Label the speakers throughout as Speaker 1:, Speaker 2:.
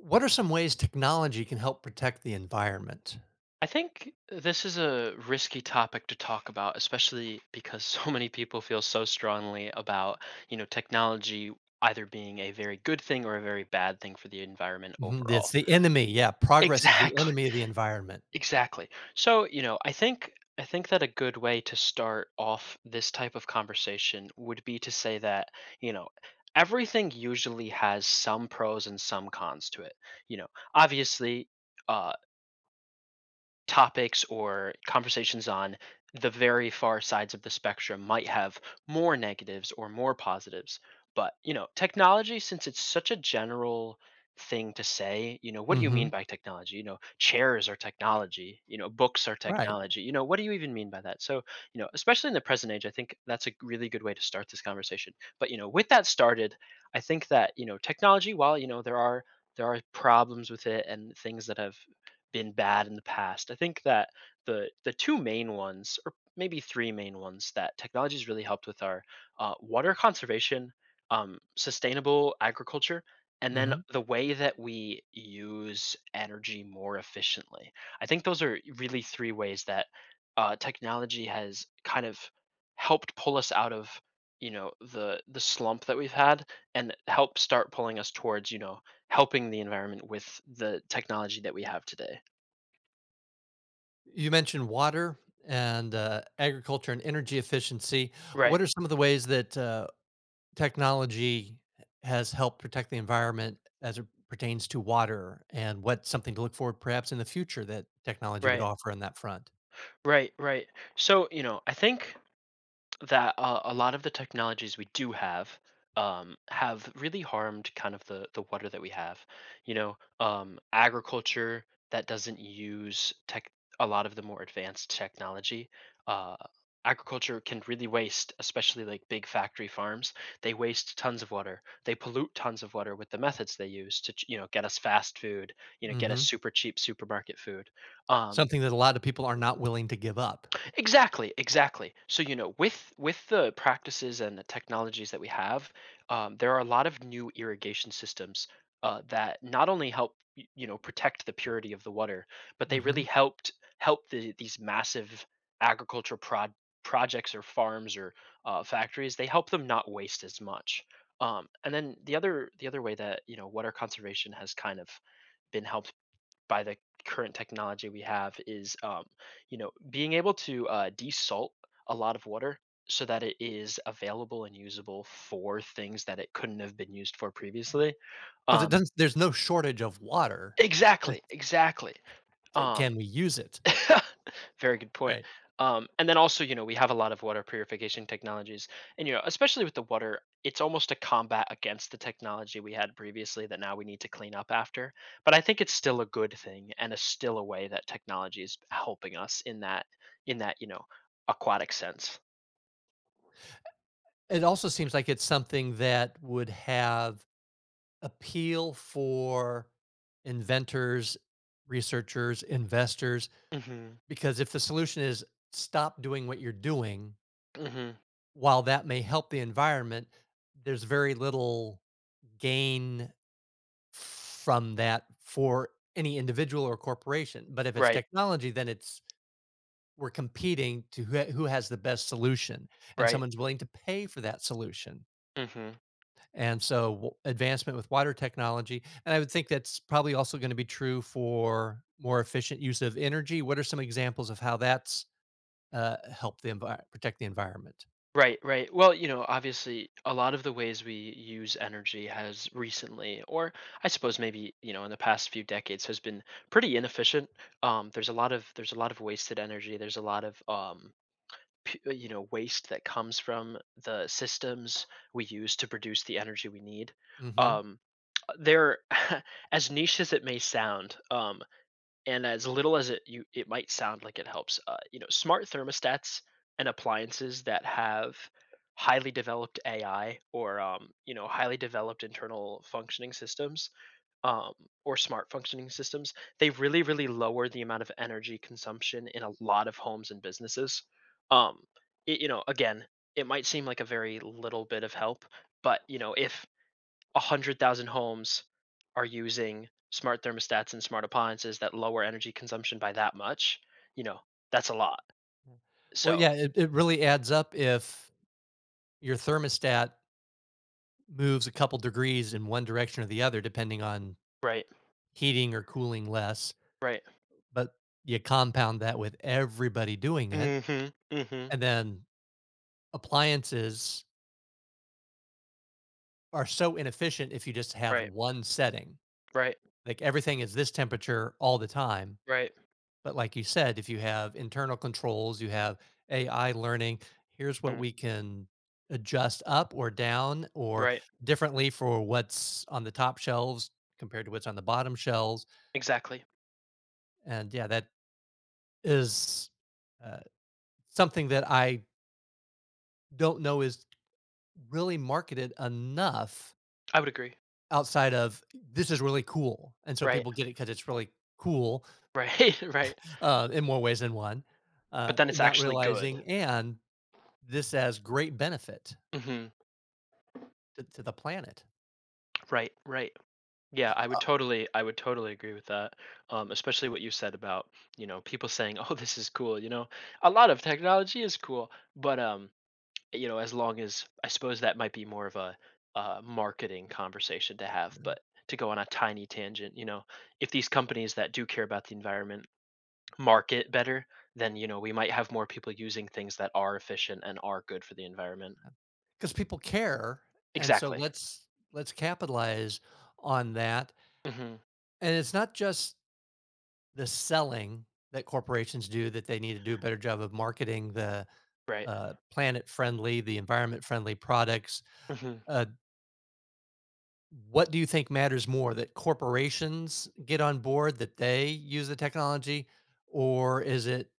Speaker 1: What are some ways technology can help protect the environment?
Speaker 2: I think this is a risky topic to talk about, especially because so many people feel so strongly about, technology either being a very good thing or a very bad thing for the environment
Speaker 1: Mhm,
Speaker 2: overall.
Speaker 1: that's the enemy, yeah, progress is the
Speaker 2: Exactly.
Speaker 1: enemy of the environment.
Speaker 2: Exactly. So, you know, I think I think that a good way to start off this type of conversation would be to say that, you know, everything usually has some pros and some cons to it. You know, obviously, uh topics or conversations on the very far sides of the spectrum might have more negatives or more positives. But, technology, since it's such a general thing to say, what do you mean
Speaker 1: Mhm,
Speaker 2: by technology? You know, chairs are technology, books are
Speaker 1: right,
Speaker 2: technology. You know, what do you even mean by that? Especially in the present age, I think that's a really good way to start this conversation. But, with that started, I think that, technology, while, there are problems with it and things that have been bad in the past. I think that the two main ones, or maybe three main ones, that technology's really helped with are water conservation, sustainable agriculture, and then
Speaker 1: mhm.
Speaker 2: the way that we use energy more efficiently. I think those are really three ways that technology has kind of helped pull us out of the slump that we've had and help start pulling us towards helping the environment with the technology that we have today.
Speaker 1: You mentioned water and, agriculture and energy efficiency.
Speaker 2: Right,
Speaker 1: What are some of the ways that, technology has helped protect the environment as it pertains to water, and what's something to look for perhaps in the future that technology would
Speaker 2: right,
Speaker 1: offer on that front?
Speaker 2: right, right. I think that a lot of the technologies we do have really harmed kind of the water that we have. Agriculture that doesn't use tech a lot of the more advanced technology. Uh, agriculture can really waste, especially like big factory farms. They waste tons of water. They pollute tons of water with the methods they use to, get us fast food. Get us
Speaker 1: Mhm.
Speaker 2: super cheap supermarket food. Um,
Speaker 1: Something that a lot of people are not willing to give up.
Speaker 2: Exactly, exactly. With the practices and the technologies that we have, there are a lot of new irrigation systems that not only help protect the purity of the water, but they really
Speaker 1: Because
Speaker 2: help the, these massive agricultural prod projects or farms or factories. They help them not waste as much. And then the other way that water conservation has kind of been helped by the current technology we have is being able to desalt a lot of water so that it is available and usable for things that it couldn't have been used for previously.
Speaker 1: it
Speaker 2: um,
Speaker 1: doesn't there's no shortage of water. It's,
Speaker 2: exactly, exactly. Um,
Speaker 1: can we use it?
Speaker 2: Very good point.
Speaker 1: Right.
Speaker 2: And then also, we have a lot of water purification technologies, and especially with the water, it's almost a combat against the technology we had previously that now we need to clean up after. But I think it's still a good thing, and it's still a way that technology is helping us in that in that you know aquatic sense.
Speaker 1: It also seems like it's something that would have appeal for inventors, researchers, investors,
Speaker 2: Hmm.
Speaker 1: because if the solution is stop doing what you're doing,
Speaker 2: Hmm.
Speaker 1: while that may help the environment, there's very little gain from that for any individual or corporation. But if it's
Speaker 2: Right.
Speaker 1: technology, then it's we're competing to who has the best solution, and
Speaker 2: Right.
Speaker 1: someone's willing to pay for that solution.
Speaker 2: Hmm.
Speaker 1: And so advancement with water technology. And I would think that's probably also going to be true for more efficient use of energy. What are some examples of how that's helped the protect the environment?
Speaker 2: Right, right. Well, obviously, a lot of the ways we use energy has recently, or I suppose maybe in the past few decades, has been pretty inefficient. There's a lot of wasted energy. There's a lot of waste that comes from the systems we use to produce the energy we need.
Speaker 1: Hmm.
Speaker 2: Um, they're as niche as it may sound. And as little as it might sound like it helps, smart thermostats and appliances that have highly developed AI or highly developed internal functioning systems, um, or smart functioning systems, they really really lower the amount of energy consumption in a lot of homes and businesses. um, again, it might seem like a very little bit of help, but if 100,000 homes are using smart thermostats and smart appliances that lower energy consumption by that much, you know, that's a lot.
Speaker 1: Well,
Speaker 2: So,
Speaker 1: yeah, it, really adds up if your thermostat moves a couple degrees in one direction or the other, depending on
Speaker 2: right,
Speaker 1: heating or cooling less.
Speaker 2: right.
Speaker 1: But you compound that with everybody doing it,
Speaker 2: Mhm, mhm.
Speaker 1: and then appliances are so inefficient if you just have
Speaker 2: Right,
Speaker 1: one setting.
Speaker 2: right,
Speaker 1: Like everything is this temperature all the time.
Speaker 2: right.
Speaker 1: But like you said, if you have internal controls, you have AI learning, here's what
Speaker 2: Mm,
Speaker 1: we can adjust up or down or
Speaker 2: right.
Speaker 1: differently for what's on the top shelves compared to what's on the bottom shelves.
Speaker 2: Exactly.
Speaker 1: And yeah, that is, uh, something that I don't know is really marketed enough
Speaker 2: I would agree.
Speaker 1: outside of, "This is really cool," and so
Speaker 2: Right,
Speaker 1: people get it because it's really cool,
Speaker 2: right, right.
Speaker 1: in more ways than one,
Speaker 2: But then it's
Speaker 1: not
Speaker 2: actually good.
Speaker 1: realizing and this has great benefit
Speaker 2: Mhm.
Speaker 1: to the planet,
Speaker 2: Right, right. Yeah, I would totally agree with that. Especially what you said about, people saying, "Oh, this is cool," you know? A lot of technology is cool, but, as long as I suppose that might be more of a marketing conversation to have, but to go on a tiny tangent, if these companies that do care about the environment market better, then we might have more people using things that are efficient and are good for the environment.
Speaker 1: because people care, and so
Speaker 2: Exactly.
Speaker 1: let's capitalize on that,
Speaker 2: Hmm.
Speaker 1: and it's not just the selling that corporations do, that they need to do a better job of marketing the,
Speaker 2: Right.
Speaker 1: planet-friendly, the environment-friendly products.
Speaker 2: Hmm.
Speaker 1: uh, What do you think matters more, that corporations get on board, that they use the technology, or is it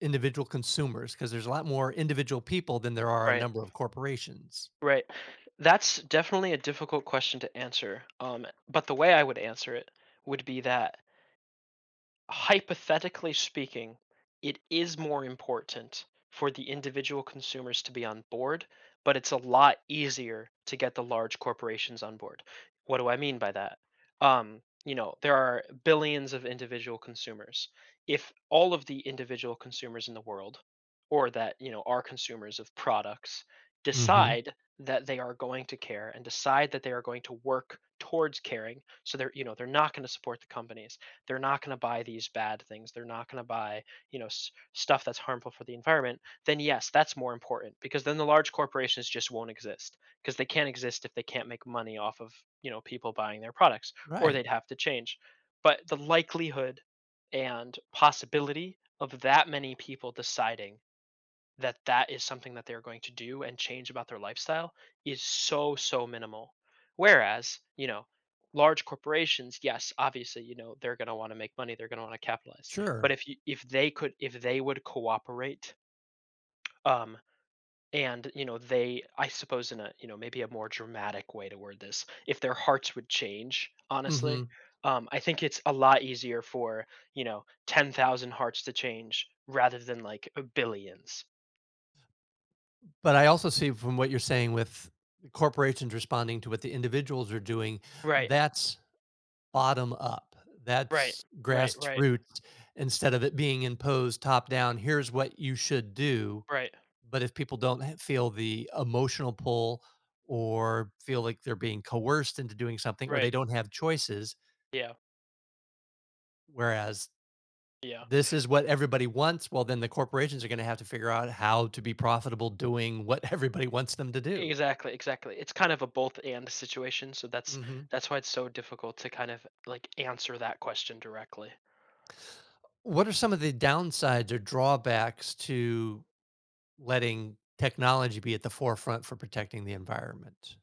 Speaker 1: individual consumers? Because there's a lot more individual people than there are a
Speaker 2: Right.
Speaker 1: number of corporations.
Speaker 2: Right. That's definitely a difficult question to answer. But the way I would answer it would be that hypothetically speaking, it is more important for the individual consumers to be on board, but it's a lot easier to get the large corporations on board. What do I mean by that? There are billions of individual consumers. If all of the individual consumers in the world, or that, are consumers of products,
Speaker 1: Mhm.
Speaker 2: decide that they are going to care and decide that they are going to work towards caring, so they're you know they're not going to support the companies, they're not going to buy these bad things, they're not going to buy stuff that's harmful for the environment. Then yes, that's more important, because then the large corporations just won't exist because they can't exist if they can't make money off of people buying their products, or
Speaker 1: Right.
Speaker 2: they'd have to change. But the likelihood and possibility of that many people deciding that that is something that they're going to do and change about their lifestyle is so so minimal. Whereas large corporations, yes, obviously they're going to want to make money, they're going to want to capitalize, but
Speaker 1: Sure.
Speaker 2: if you if they could, if they would cooperate, um and they, I suppose in a, maybe a more dramatic way to word this, if their hearts would change honestly,
Speaker 1: Mhm.
Speaker 2: I think it's a lot easier for 10,000 hearts to change rather than like billions.
Speaker 1: But I also see from what you're saying with the corporations responding to what the individuals are doing,
Speaker 2: Right
Speaker 1: that's bottom up.
Speaker 2: Right,
Speaker 1: That's
Speaker 2: right, right,
Speaker 1: grassroots, instead of it being imposed top down. Here's what you should do.
Speaker 2: right,
Speaker 1: But if people don't h feel the emotional pull, or feel like they're being coerced into doing something, or they
Speaker 2: right.
Speaker 1: don't have choices,
Speaker 2: Yeah,
Speaker 1: whereas
Speaker 2: yeah.
Speaker 1: this is what everybody wants, well, then the corporations are gonna have to figure out how to be profitable doing what everybody wants them to do.
Speaker 2: Exactly, exactly. It's kind of a both and situation, so that's
Speaker 1: Mhm.
Speaker 2: that's why it's so difficult to kind of, like, answer that question directly.
Speaker 1: What are some of the downsides or drawbacks to letting technology be at the forefront for protecting the environment?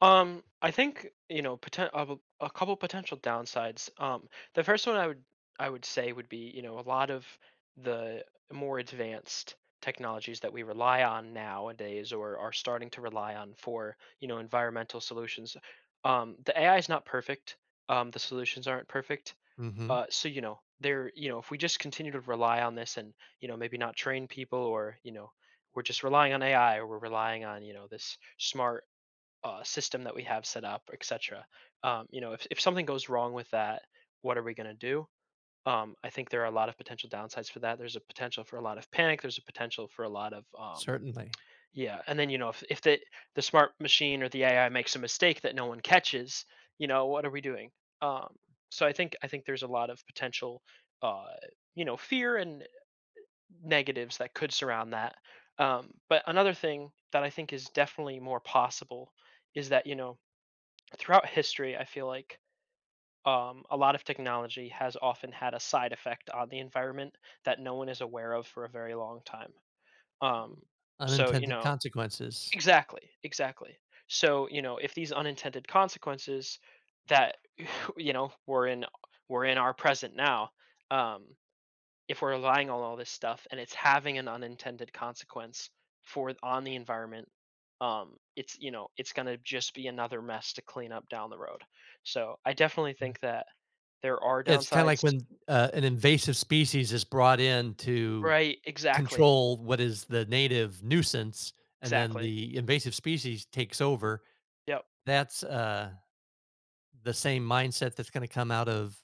Speaker 2: I think a couple potential downsides. The first one I would say would be, a lot of the more advanced technologies that we rely on nowadays or are starting to rely on for, environmental solutions. The AI is not perfect. The solutions aren't perfect.
Speaker 1: Mhm.
Speaker 2: So, if we just continue to rely on this, and, maybe not train people, or, we're just relying on AI or we're relying on, this smart system that we have set up, etc. If, something goes wrong with that, what are we going to do? I think there are a lot of potential downsides for that. There's a potential for a lot of panic. There's a potential for a lot of,
Speaker 1: Certainly.
Speaker 2: yeah. And then if the smart machine or the AI makes a mistake that no one catches, what are we doing? Um, so I think there's a lot of potential, uh, fear and negatives that could surround that. But another thing that I think is definitely more possible is that throughout history, I feel like, a lot of technology has often had a side effect on the environment that no one is aware of for a very long time. Um, so, you
Speaker 1: Unintended
Speaker 2: know,
Speaker 1: consequences.
Speaker 2: exactly, exactly. If these unintended consequences that you know were in were in our present now, um, if we're relying on all this stuff and it's having an unintended consequence for on the environment, it's you know it's going to just be another mess to clean up down the road. So I definitely think that there are
Speaker 1: It's kinda like
Speaker 2: downsides.
Speaker 1: when, an invasive species is brought in to
Speaker 2: Right, exactly,
Speaker 1: control what is the native nuisance, and then
Speaker 2: exactly.
Speaker 1: the invasive species takes over.
Speaker 2: Yep.
Speaker 1: That's, the same mindset that's gonna come out of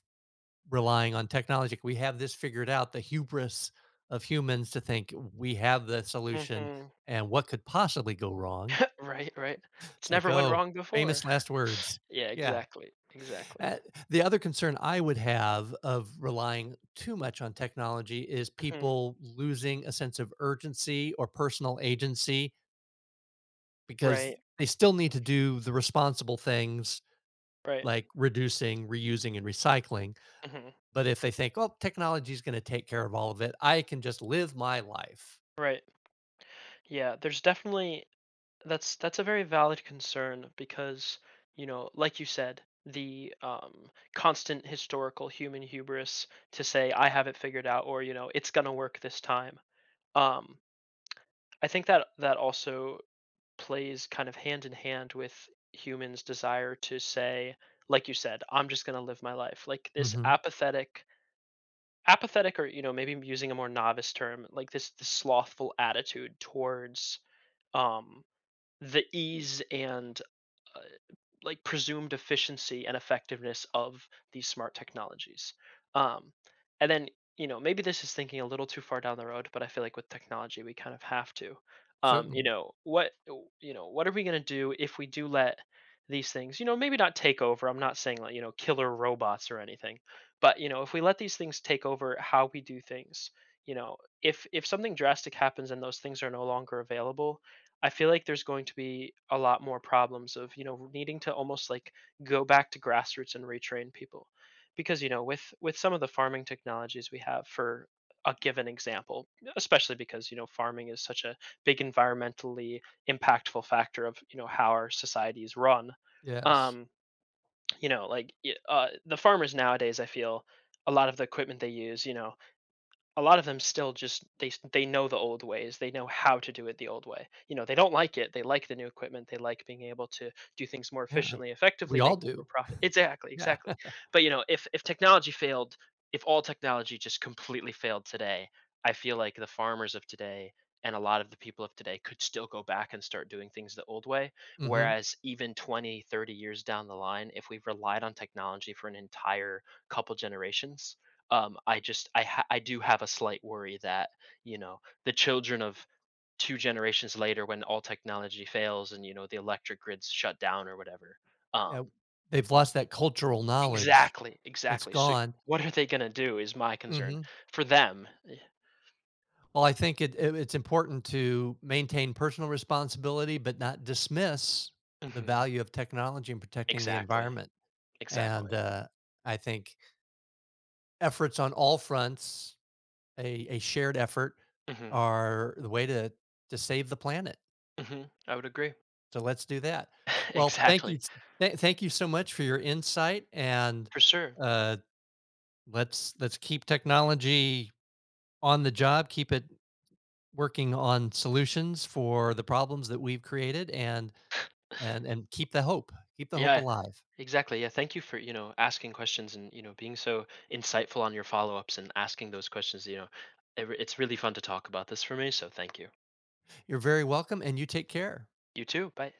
Speaker 1: relying on technology. We have this figured out, the hubris of humans to think we have the solution,
Speaker 2: Hmm.
Speaker 1: and what could possibly go wrong?
Speaker 2: Right, right. It's
Speaker 1: It's like,
Speaker 2: never went
Speaker 1: "Oh,
Speaker 2: wrong before.
Speaker 1: famous last words."
Speaker 2: Yeah,
Speaker 1: Yeah.
Speaker 2: exactly, exactly.
Speaker 1: Uh, the other concern I would have of relying too much on technology is
Speaker 2: Hmm.
Speaker 1: people losing a sense of urgency or personal agency,
Speaker 2: Right,
Speaker 1: because they still need to do the responsible things
Speaker 2: right.
Speaker 1: like reducing, reusing, and recycling.
Speaker 2: Hmm.
Speaker 1: But if they think, oh, technology is going to take care of all of it, I can just live my life.
Speaker 2: Right. Yeah, there's definitely— that's a very valid concern because, like you said, the, constant historical human hubris to say I have it figured out, or it's gonna work this time. Um, I think that that also plays kind of hand in hand with humans' desire to say, like you said, I'm just gonna live my life. Like this
Speaker 1: Hmm.
Speaker 2: apathetic, or maybe using a more novice term, like this slothful attitude towards, um, the ease and, uh, like presumed efficiency and effectiveness of these smart technologies. Um, and then, maybe this is thinking a little too far down the road, but I feel like with technology, we kind of have to. Um, you
Speaker 1: Certainly.
Speaker 2: know, what what are we going to do if we do let these things, maybe not take over. I'm not saying like, killer robots or anything, but if we let these things take over how we do things, if something drastic happens and those things are no longer available, I feel like there's going to be a lot more problems of, needing to almost like go back to grassroots and retrain people. Because, with some of the farming technologies we have for a given example, especially because, farming is such a big environmentally impactful factor of, how our society is run.
Speaker 1: Yes.
Speaker 2: Um, the farmers nowadays, I feel a lot of the equipment they use, a lot of them still just they know the old ways, they know how to do it the old way. You know, they don't like it, they like the new equipment, they like being able to do things more
Speaker 1: Yeah.
Speaker 2: efficiently,
Speaker 1: We
Speaker 2: effectively
Speaker 1: all
Speaker 2: making more
Speaker 1: do.
Speaker 2: profit. Exactly,
Speaker 1: Yeah.
Speaker 2: exactly. But, if technology failed, if all technology just completely failed today, I feel like the farmers of today and a lot of the people of today could still go back and start doing things the old way,
Speaker 1: Hmm.
Speaker 2: whereas even 20, 30 years down the line, if we've relied on technology for an entire couple generations, I just I do have a slight worry that, you know, the children of 2 generations later when all technology fails and the electric grid's shut down or whatever. Um,
Speaker 1: Yeah. They've lost that cultural knowledge.
Speaker 2: exactly,
Speaker 1: It's
Speaker 2: exactly. So
Speaker 1: gone.
Speaker 2: what are they going to do is my concern
Speaker 1: Mm-hmm.
Speaker 2: for them.
Speaker 1: Well, I think it's important to maintain personal responsibility, but not dismiss the
Speaker 2: Hmm.
Speaker 1: value of technology in protecting the
Speaker 2: Exactly.
Speaker 1: environment. And
Speaker 2: Exactly.
Speaker 1: I think efforts on all fronts, a shared effort,
Speaker 2: Hmm.
Speaker 1: are the way to save the planet.
Speaker 2: Hmm. I would agree.
Speaker 1: So let's do that. Well, thank you,
Speaker 2: Exactly.
Speaker 1: thank you so much for your insight, and
Speaker 2: For sure.
Speaker 1: uh, let's keep technology on the job, keep it working on solutions for the problems that we've created, and keep the hope. Keep the hope
Speaker 2: Yeah.
Speaker 1: alive.
Speaker 2: Exactly. Yeah. Thank you for, asking questions and, being so insightful on your follow-ups and asking those questions. You know, it's really fun to talk about this for me. So thank you.
Speaker 1: You're very welcome, and you take care.
Speaker 2: You too. Bye.